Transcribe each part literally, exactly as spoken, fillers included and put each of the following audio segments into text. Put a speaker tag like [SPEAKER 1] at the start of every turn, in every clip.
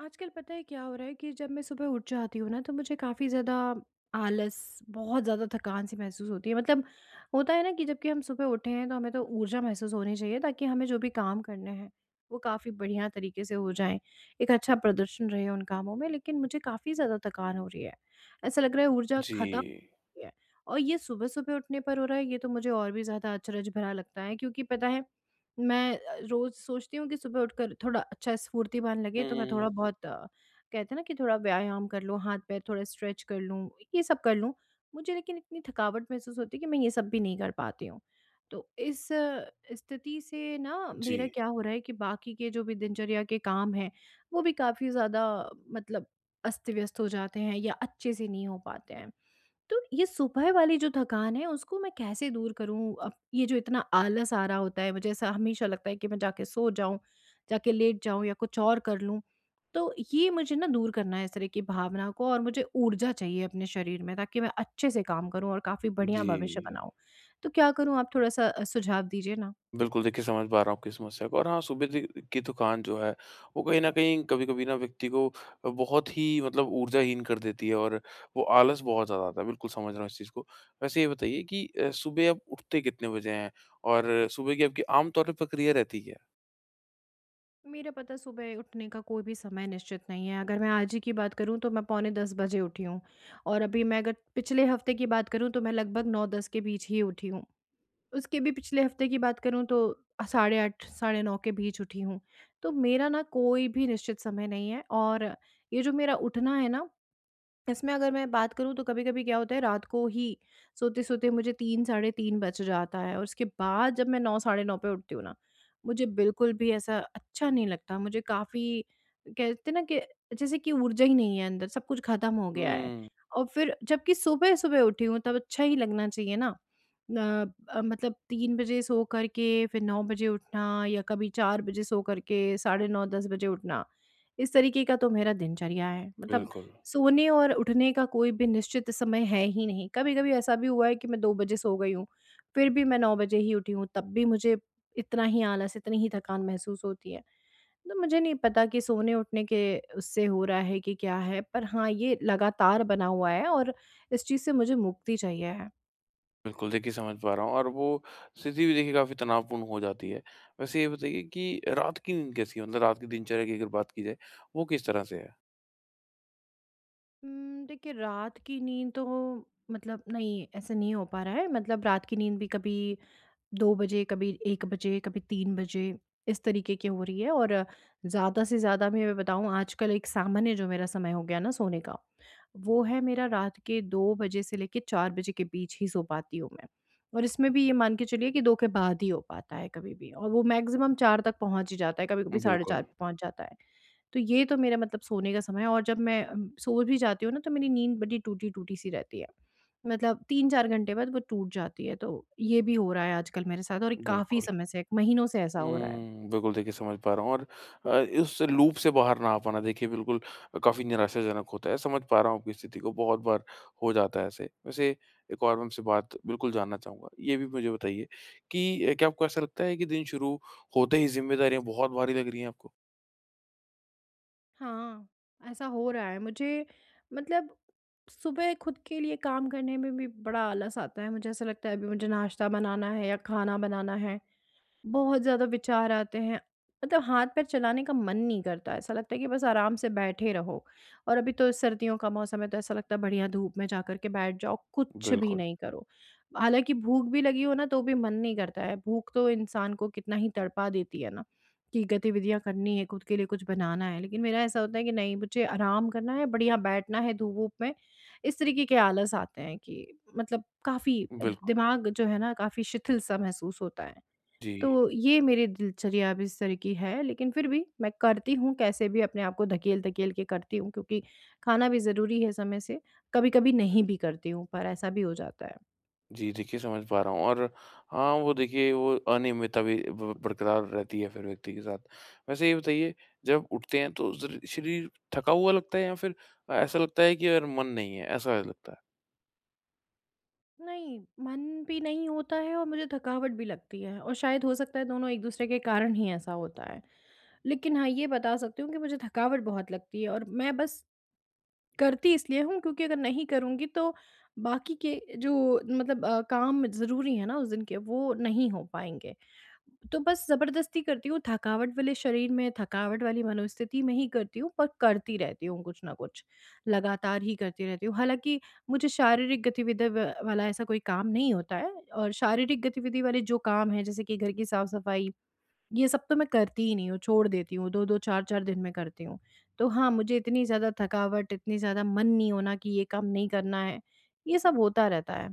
[SPEAKER 1] आजकल पता है क्या हो रहा है कि जब मैं सुबह उठ जाती हूँ ना, तो मुझे काफ़ी ज़्यादा आलस, बहुत ज़्यादा थकान सी महसूस होती है। मतलब होता है ना कि जबकि हम सुबह उठे हैं तो हमें तो ऊर्जा महसूस होनी चाहिए, ताकि हमें जो भी काम करने हैं वो काफ़ी बढ़िया तरीके से हो जाएं, एक अच्छा प्रदर्शन रहे उन कामों में। लेकिन मुझे काफ़ी ज़्यादा थकान हो रही है, ऐसा लग रहा है ऊर्जा
[SPEAKER 2] जी।
[SPEAKER 1] खत्म है। और ये सुबह-सुबह उठने पर हो रहा है, ये तो मुझे और भी ज़्यादा अचरज भरा लगता है क्योंकि पता है, मैं अ, रोज़ सोचती हूँ कि सुबह उठकर थोड़ा अच्छा स्फूर्तिवान
[SPEAKER 2] हुँ,
[SPEAKER 1] लगे तो
[SPEAKER 2] हुँ,
[SPEAKER 1] मैं
[SPEAKER 2] हुँ।
[SPEAKER 1] थोड़ा बहुत अ, कहते हैं ना कि थोड़ा व्यायाम कर लूँ, हाथ-पैर थोड़ा स्ट्रेच कर लूँ, ये सब कर लूँ। मुझे लेकिन इतनी थकावट महसूस होती है कि मैं ये सब भी नहीं कर पाती हूँ। तो इस अ, स्थिति से ना
[SPEAKER 2] जी,
[SPEAKER 1] मेरा क्या हो रहा है कि बाकी के जो भी दिनचर्या के काम हैं, वो भी काफ़ी ज़्यादा मतलब अस्त-व्यस्त हो जाते हैं या अच्छे से नहीं हो पाते हैं। तो ये सुबह वाली जो थकान है उसको मैं कैसे दूर करूँ? अब ये जो इतना आलस आ रहा होता है, मुझे ऐसा हमेशा लगता है कि मैं जाके सो जाऊँ, जाके लेट जाऊँ या कुछ और कर लूँ। तो ये मुझे ना दूर करना है इस तरह की भावना को, और मुझे ऊर्जा चाहिए अपने शरीर में, ताकि मैं अच्छे से काम करूँ और काफ़ी बढ़िया
[SPEAKER 2] जी।
[SPEAKER 1] भविष्य बनाऊँ। तो क्या करूँ, आप थोड़ा-सा अ, सुझाव दीजिए ना?
[SPEAKER 2] बिल्कुल, देखिए समझ पा रहा हूँ आपकी समस्या को और हाँ, सुबह दि की थकान जो है, वो कहीं न कहीं कभी-कभी ना व्यक्ति को अ, बहुत ही मतलब ऊर्जाहीन कर देती है और वो आलस बहुत ज़्यादा आता है। बिल्कुल समझ रहा हूँ इस चीज़ को। वैसे ये बताइए कि अ, सुबह आप उठते कितने बजे हैं और सुबह की आपकी आम तौर पे प्रक्रिया रहती क्या है?
[SPEAKER 1] मेरा पता सुबह उठने का कोई भी समय निश्चित नहीं है। अगर मैं आज ही की बात करूँ तो मैं पौने दस बजे उठी हूँ, और अभी मैं अगर पिछले हफ़्ते की बात करूँ तो मैं लगभग नौ दस के बीच ही उठी हूँ। उसके भी पिछले हफ़्ते की बात करूँ तो अ, साढ़े आठ, साढ़े नौ के बीच उठी हूँ। तो मेरा ना कोई भी निश्चित समय नहीं है, और ये जो मेरा उठना है ना, इसमें अगर मैं बात करूँ तो कभी-कभी क्या होता है, रात को ही सोते-सोते मुझे तीन साढ़े तीन बज जाता है, और उसके बाद जब मैं नौ साढ़े नौ पे उठती हूँ ना, मुझे बिल्कुल भी ऐसा अच्छा नहीं लगता। मुझे काफ़ी कहते हैं ना कि जैसे कि ऊर्जा ही नहीं है अंदर, सब कुछ ख़त्म हो गया है।
[SPEAKER 2] हुँ,
[SPEAKER 1] और फिर जबकि सुबह-सुबह उठी हूँ तब अच्छा ही लगना चाहिए ना। अ, अ, मतलब तीन बजे सो कर के फिर नौ बजे उठना, या कभी चार बजे सो कर के साढ़े नौ दस बजे उठना। इस तरीके का तो मेरा दिनचर्या है। मतलब
[SPEAKER 2] बिल्कुल।
[SPEAKER 1] सोने और उठने का कोई भी निश्चित समय है ही नहीं। कभी-कभी ऐसा भी हुआ है कि मैं दो बजे सो गई हूँ, फिर भी मैं नौ बजे ही उठी हूँ, तब भी मुझे इतना ही आलस, इतनी ही थकान महसूस होती है। तो मुझे नहीं पता कि सोने-उठने के उससे हो रहा है कि क्या है? पर हाँ, ये लगातार बना हुआ है, और इस चीज़ से मुझे मुक्ति चाहिए है।
[SPEAKER 2] बिल्कुल, देखिए समझ पा रहा हूँ और वो स्थिति भी देखिए काफ़ी तनावपूर्ण हो जाती है। वैसे ये बताइए कि रात की नींद कैसी है? मतलब रात की दिनचर्या की अगर बात की जाए, वो किस तरह से है?
[SPEAKER 1] उम, देखिए रात की नींद तो मतलब नहीं, ऐसा नहीं हो पा रहा है। मतलब रात की नींद भी कभी दो बजे, कभी एक बजे, कभी तीन बजे, इस तरीके की हो रही है, और ज़्यादा से ज़्यादा मैं बताऊँ आजकल एक सामान्य जो मेरा समय हो गया ना सोने का, वो है मेरा रात के दो बजे से लेके चार बजे के बीच ही सो पाती हूँ मैं। और इसमें भी ये मान के चलिए कि दो के बाद ही हो पाता है कभी भी, और वो मैक्सिमम चार तक पहुँच ही जाता है, कभी-कभी साढ़े
[SPEAKER 2] बिल्कुल,
[SPEAKER 1] चार पे पहुँच जाता है। तो ये तो मेरा मतलब सोने का समय है, और जब मैं अम, सो भी जाती हूँ ना तो मेरी नींद बड़ी टूटी-टूटी सी रहती है। मतलब तीन चार घंटे बाद वो टूट जाती है, तो ये भी हो रहा है आजकल मेरे साथ, और काफ़ी
[SPEAKER 2] बिल्कुल।
[SPEAKER 1] समय से, महीनों से ऐसा हो रहा है।
[SPEAKER 2] हुँ, बिल्कुल देखिए समझ पा रहा हूँ और अ, उस लूप से बाहर ना आ पाना देखिए बिल्कुल काफ़ी निराशाजनक होता है। समझ पा रहा हूँ आपकी स्थिति को, बहुत बार हो जाता है ऐसे। वैसे एक और मैं आपसे बात बिल्कुल जानना चाहूँगा, ये भी मुझे बताइए कि अ, क्या आपको ऐसा लगता है कि दिन शुरू होते ही ज़िम्मेदारियाँ बहुत भारी लग रही हैं आपको?
[SPEAKER 1] हाँ, ऐसा हो रहा है। मुझे मतलब सुबह खुद के लिए काम करने में भी बड़ा आलस आता है। मुझे ऐसा लगता है अभी मुझे नाश्ता बनाना है या खाना बनाना है। बहुत ज़्यादा विचार आते हैं। मतलब हाथ पैर चलाने का मन नहीं करता, ऐसा लगता है कि बस आराम से बैठे रहो। और अभी तो सर्दियों का मौसम है, तो ऐसा लगता है बढ़िया धूप में जाकर के बैठ जाओ, कुछ भी
[SPEAKER 2] बिल्कुल,
[SPEAKER 1] नहीं करो। हालाँकि भूख भी लगी हो ना, तो भी मन नहीं करता है। भूख तो इंसान को कितना ही तड़पा देती है ना, कि गतिविधियाँ करनी है, खुद के लिए कुछ बनाना है। लेकिन मेरा ऐसा होता है कि नहीं, मुझे आराम करना है, बढ़िया बैठना है धूप-वूप में। इस तरीके के आलस आते हैं कि मतलब काफ़ी
[SPEAKER 2] बिल्कुल।
[SPEAKER 1] दिमाग जो है ना काफ़ी शिथिल-सा महसूस होता है।
[SPEAKER 2] जी।
[SPEAKER 1] तो ये मेरी दिनचर्या अब इस तरह की है, लेकिन फिर भी मैं करती हूँ, कैसे भी अपने आप को धकेल-धकेल के करती हूँ क्योंकि खाना भी ज़रूरी है समय से। कभी-कभी नहीं भी करती हूँ, पर ऐसा भी हो जाता है।
[SPEAKER 2] जी, देखिए समझ पा रहा हूँ और हाँ, वो देखिए वो अनियमितता भी ब बरकरार रहती है फिर व्यक्ति के साथ। वैसे ये बताइए जब उठते हैं तो ज़र शरीर थका हुआ लगता है या फिर ऐसा लगता है कि यार मन नहीं है, ऐसा लगता है?
[SPEAKER 1] नहीं, मन भी नहीं होता है और मुझे थकावट भी लगती है, और शायद हो सकता है दोनों एक-दूसरे के कारण ही ऐसा होता है। लेकिन हाँ, ये बता सकती हूँ कि मुझे थकावट बहुत लगती है, और मैं बस करती इसलिए हूँ क्योंकि अगर नहीं करूँगी तो बाकी के जो मतलब अ, काम ज़रूरी है ना उस दिन के, वो नहीं हो पाएँगे। तो बस ज़बरदस्ती करती हूँ, थकावट वाले शरीर में, थकावट वाली मनोस्थिति में ही करती हूँ, पर करती रहती हूँ कुछ ना कुछ, लगातार ही करती रहती हूँ। हालाँकि मुझे शारीरिक गतिविधि व वाला ऐसा कोई काम नहीं होता है, और शारीरिक गतिविधि वाले जो काम हैं जैसे कि घर की साफ-सफाई, ये सब तो मैं करती ही नहीं हूँ, छोड़ देती हूँ, दो दो चार चार दिन में करती हूँ। तो हाँ, मुझे इतनी ज़्यादा थकावट, इतनी ज़्यादा मन नहीं होना कि ये काम नहीं करना है, ये सब होता रहता है।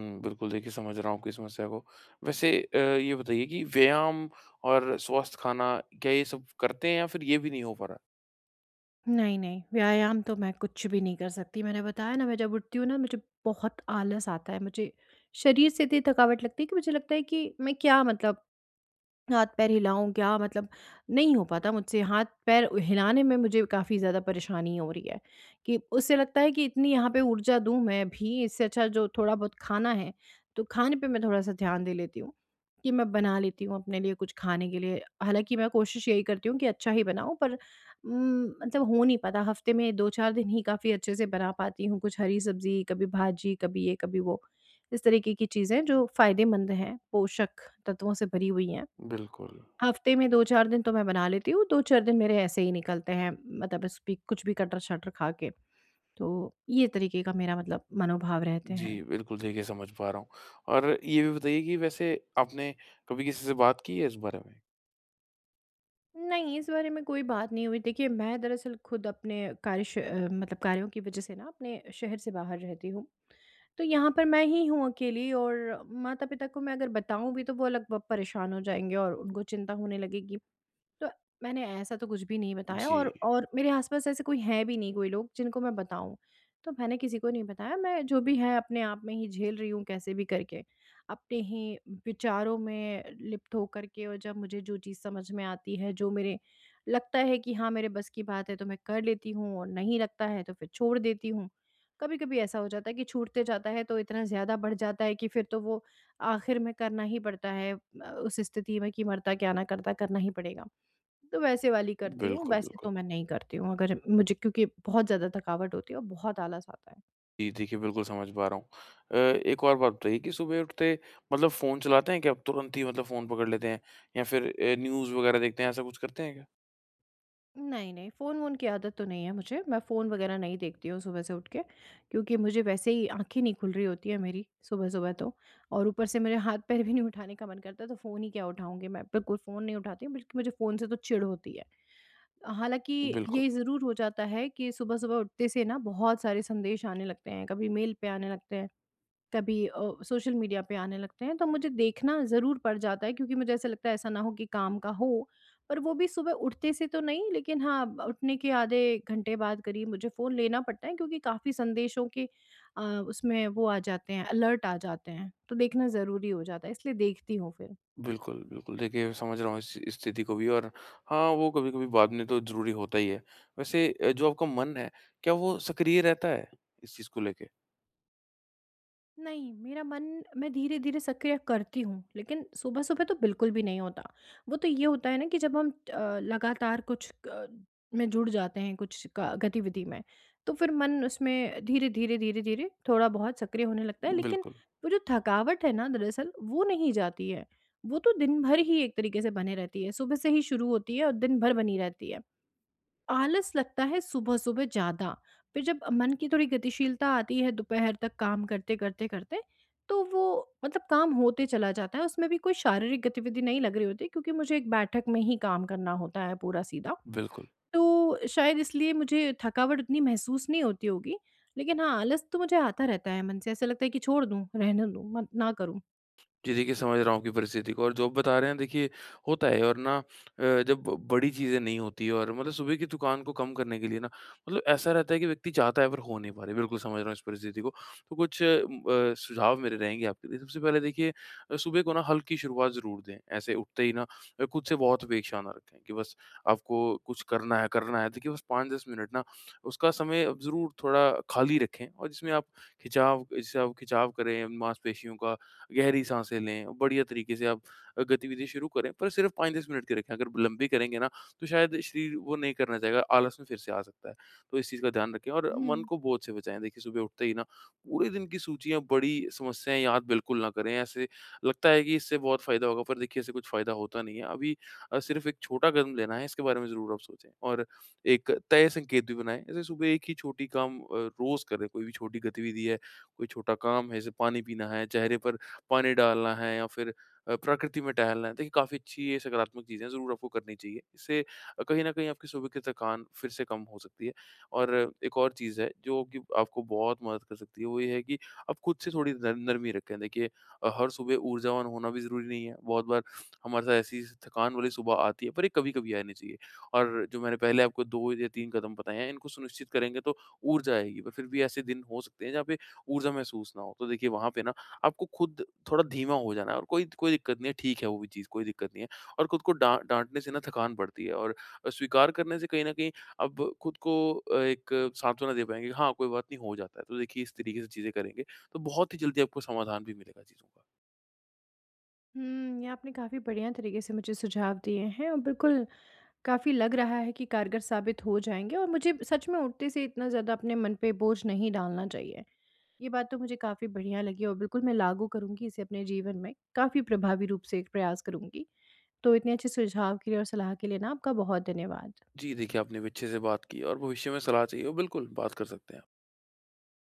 [SPEAKER 2] हुँ, बिल्कुल देखिए समझ रहा हूँ आपकी समस्या को। वैसे अ, ये बताइए कि व्यायाम और स्वस्थ खाना क्या ये सब करते हैं या फिर ये भी नहीं हो पा रहा?
[SPEAKER 1] नहीं, नहीं, व्यायाम तो मैं कुछ भी नहीं कर सकती। मैंने बताया ना, मैं जब उठती हूँ ना मुझे बहुत आलस आता है। मुझे शरीर से इतनी थकावट लगती है कि मुझे लगता है कि मैं क्या, मतलब हाथ-पैर हिलाऊँ क्या? मतलब नहीं हो पाता मुझसे, हाथ-पैर हिलाने में मुझे काफ़ी ज़्यादा परेशानी हो रही है, कि उससे लगता है कि इतनी यहाँ पे ऊर्जा दूँ मैं भी, इससे अच्छा जो थोड़ा बहुत खाना है, तो खाने पे मैं थोड़ा-सा ध्यान दे लेती हूँ कि मैं बना लेती हूँ अपने लिए कुछ खाने के लिए। हालाँकि मैं कोशिश यही करती हूँ कि अच्छा ही बनाऊँ, पर उम, मतलब हो नहीं पाता। हफ्ते में दो चार दिन ही काफ़ी अच्छे से बना पाती हूँ, कुछ हरी सब्ज़ी, कभी भाजी, कभी ये, कभी वो। इस तरीके की चीज़ें जो फ़ायदेमंद हैं, पोषक तत्वों से भरी हुई हैं।
[SPEAKER 2] बिल्कुल।
[SPEAKER 1] हफ्ते में दो चार दिन तो मैं बना लेती हूँ, दो चार दिन मेरे ऐसे ही निकलते हैं, मतलब बस भी कुछ भी कटर-शटर खा के। तो ये तरीके का मेरा मतलब मनोभाव रहते
[SPEAKER 2] जी,
[SPEAKER 1] हैं।
[SPEAKER 2] बिल्कुल देखिए समझ पा रहा हूँ और ये भी बताइए कि वैसे आपने कभी किसी से बात की है इस बारे में?
[SPEAKER 1] नहीं, इस बारे में कोई बात नहीं हुई। देखिए, मैं दरअसल खुद अपने कार्य श अ, मतलब कार्यों की वजह से ना अपने शहर से बाहर रहती हूँ। तो यहाँ पर मैं ही हूँ अकेली, और माता-पिता को मैं अगर बताऊँ भी तो वो अलग ब परेशान हो जाएँगे और उनको चिंता होने लगेगी। तो मैंने ऐसा तो कुछ भी नहीं बताया,
[SPEAKER 2] जी।
[SPEAKER 1] और और मेरे आस-पास ऐसे कोई है भी नहीं, कोई लोग जिनको मैं बताऊँ। तो मैंने किसी को नहीं बताया, मैं जो भी है अपने आप में ही झेल रही हूँ कैसे भी करके, अपने ही विचारों में लिप्त होकर के। और जब मुझे जो चीज़ समझ में आती है, जो मेरे लगता है कि हाँ, मेरे बस की बात है तो मैं कर लेती हूँ, और नहीं लगता है तो फिर छोड़ देती हूँ। कभी-कभी ऐसा हो जाता है कि छूटते जाता है तो इतना ज़्यादा बढ़ जाता है कि फिर तो वो आखिर में करना ही पड़ता है, अ, उस स्थिति में कि मरता क्या ना करता, करना ही पड़ेगा। तो वैसे वाली करती हूँ,
[SPEAKER 2] बिल्कुल,
[SPEAKER 1] वैसे
[SPEAKER 2] बिल्कुल।
[SPEAKER 1] तो मैं नहीं करती हूँ अगर मुझे, क्योंकि बहुत ज़्यादा थकावट होती है और बहुत आलस आता है।
[SPEAKER 2] जी, देखिए बिल्कुल समझ पा रहा हूँ। अ, एक और बात बताइए कि सुबह उठते मतलब फ़ोन चलाते हैं क्या आप? तुरंत ही मतलब फ़ोन पकड़ लेते हैं या फिर अ, न्यूज़ वग़ैरह देखते हैं, ऐसा कुछ करते हैं क्या?
[SPEAKER 1] नहीं, नहीं फ़ोन-वोन की आदत तो नहीं है मुझे, मैं फ़ोन वग़ैरह नहीं देखती हूँ सुबह से उठ के, क्योंकि मुझे वैसे ही आँखें नहीं खुल रही होती है मेरी सुबह-सुबह, तो और ऊपर से मेरे हाथ-पैर भी नहीं उठाने का मन करता, तो फ़ोन ही क्या उठाऊँगी मैं, बिल्कुल फ़ोन नहीं उठाती हूँ बल्कि मुझे फ़ोन से तो चिढ़ होती है। हालाँकि
[SPEAKER 2] बिल्कुल,
[SPEAKER 1] ये ज़रूर हो जाता है कि सुबह-सुबह उठते से ना बहुत सारे संदेश आने लगते हैं, कभी मेल पे आने लगते हैं। कभी अ, सोशल मीडिया पे आने लगते हैं, तो मुझे देखना ज़रूर पड़ जाता है क्योंकि मुझे ऐसा लगता है ऐसा ना हो कि काम का हो। पर वो भी सुबह उठते से तो नहीं, लेकिन हाँ, उठने के आधे घंटे बाद करीब मुझे फ़ोन लेना पड़ता है, क्योंकि काफ़ी संदेशों के अ, उसमें वो आ जाते हैं, अलर्ट आ जाते हैं। तो देखना ज़रूरी हो जाता है, इसलिए देखती हूँ फिर।
[SPEAKER 2] बिल्कुल, बिल्कुल। देखिए समझ रहा हूँ इस इस स्थिति को भी और हाँ, वो कभी-कभी बाद में तो ज़रूरी होता ही है। वैसे अ, जो आपका मन है, क्या वो सक्रिय रहता है इस चीज़ को लेके?
[SPEAKER 1] नहीं, मेरा मन मैं धीरे-धीरे सक्रिय करती हूँ, लेकिन सुबह-सुबह तो बिल्कुल भी नहीं होता। वो तो ये होता है ना कि जब हम अ, लगातार कुछ क में जुड़ जाते हैं, कुछ क गतिविधि में, तो फिर मन उसमें धीरे-धीरे, धीरे-धीरे थोड़ा बहुत सक्रिय होने लगता है। लेकिन
[SPEAKER 2] बिल्कुल,
[SPEAKER 1] वो जो थकावट है ना, दरअसल वो नहीं जाती है। वो तो दिन भर ही एक तरीके से बने रहती है। सुबह से ही शुरू होती है और दिन भर बनी रहती है। आलस लगता है सुबह-सुबह ज़्यादा, फिर जब मन की थोड़ी गतिशीलता आती है दोपहर तक काम करते-करते करते, करते, तो वो मतलब काम होते चला जाता है, उसमें भी कोई शारीरिक गतिविधि नहीं लग रही होती क्योंकि मुझे एक बैठक में ही काम करना होता है पूरा सीधा।
[SPEAKER 2] बिल्कुल।
[SPEAKER 1] तो शायद इसलिए मुझे थकावट उतनी महसूस नहीं होती होगी, लेकिन हाँ, आलस तो मुझे आता रहता है मन से, ऐसा लगता है कि छोड़ दूँ, रहने दूँ, मत ना करूँ।
[SPEAKER 2] जी, देखिए समझ रहा हूँ आपकी परिस्थिति को और जो आप बता रहे हैं देखिए होता है और ना अ, जब बड़ी चीज़ें नहीं होती और मतलब सुबह की थकान को कम करने के लिए ना मतलब ऐसा रहता है कि व्यक्ति चाहता है पर हो नहीं पा रहा। बिल्कुल समझ रहा हूँ इस परिस्थिति को। तो कुछ अ, अ, सुझाव मेरे रहेंगे आपके लिए। सबसे पहले देखिए अ, सुबह को ना हल्की शुरुआत ज़रूर दें। ऐसे उठते ही ना अ, खुद से बहुत अपेक्षा ना रखें कि बस आपको कुछ करना है, करना है। देखिए बस पाँच दस मिनट ना उसका समय अब ज़रूर थोड़ा खाली रखें और जिसमें आप खिंचाव जिससे आप खिंचाव करें मांसपेशियों का गहरी साँसें लें, बढ़िया तरीके से आप अ, गतिविधि शुरू करें, पर सिर्फ़ पाँच दस मिनट की रखें। अगर लंबी करेंगे ना, तो शायद शरीर वो नहीं करना चाहेगा, आलस में फिर से आ सकता है। तो इस चीज़ का ध्यान रखें और मन
[SPEAKER 1] हुँ।
[SPEAKER 2] को बोझ से बचाएँ। देखिए, सुबह उठते ही ना पूरे दिन की सूचियाँ, बड़ी समस्याएँ याद बिल्कुल ना करें। ऐसे लगता है कि इससे बहुत फ़ायदा होगा, पर देखिए, इससे कुछ फ़ायदा होता नहीं है। अभी अ, सिर्फ़ एक छोटा कदम लेना है, इसके बारे में ज़रूर आप सोचें और एक तय संकेत भी बनाएँ। जैसे सुबह एक ही छोटी काम अ, रोज़ करें, कोई भी छोटी गतिविधि है, कोई छोटा काम है, जैसे पानी पीना है, चेहरे पर पानी डालना है या फिर अ, प्रकृति में टहलना है। देखिए काफ़ी अच्छी ये सकारात्मक चीज़ें हैं, ज़रूर आपको करनी चाहिए। इससे अ, कहीं न कहीं आपकी सुबह की थकान फिर से कम हो सकती है और एक और चीज़ है जो कि आपको बहुत मदद कर सकती है, वो ये है कि आप खुद से थोड़ी नर नरमी रखें। देखिए अ, हर सुबह ऊर्जावान होना भी ज़रूरी नहीं है। बहुत बार हमारे साथ ऐसी थकान वाली सुबह आती है, पर ये कभी-कभी आनी चाहिए और जो मैंने पहले आपको दो या तीन कदम बताए हैं, इनको सुनिश्चित करेंगे तो ऊर्जा आएगी। पर फिर भी ऐसे दिन हो सकते हैं जहाँ पे ऊर्जा महसूस ना हो, तो देखिए वहाँ पे ना आपको खुद थोड़ा धीमा हो जाना है और कोई कोई दिक्कत नहीं है, ठीक है वो भी चीज़, कोई दिक्कत नहीं है और खुद को डाँ डाँटने से ना थकान बढ़ती है और स्वीकार करने से कहीं न कहीं अब खुद को अ, एक सांत्वना दे पाएँगे, हाँ, कोई बात नहीं हो जाता है। तो देखिए इस तरीके से चीज़ें करेंगे, तो बहुत ही जल्दी आपको समाधान भी मिलेगा चीज़ों का।
[SPEAKER 1] हुँ, ये आपने काफ़ी बढ़िया तरीके से मुझे सुझाव दिए हैं, और बिल्कुल काफ़ी लग रहा है कि कारगर साबित हो जाएँगे, और मुझे सच में उठते से इतना ज़्यादा अपने मन पे बोझ नहीं डालना चाहिए। ये बात तो मुझे काफ़ी बढ़िया लगी, और बिल्कुल मैं लागू करूँगी इसे अपने जीवन में, काफ़ी प्रभावी रूप से एक प्रयास करूँगी। तो इतने अच्छे सुझाव के लिए और सलाह के लिए ना आपका बहुत धन्यवाद।
[SPEAKER 2] जी, देखिए आपने भी अच्छे से बात की और भविष्य में सलाह चाहिए हो, बिल्कुल बात कर सकते हैं आप।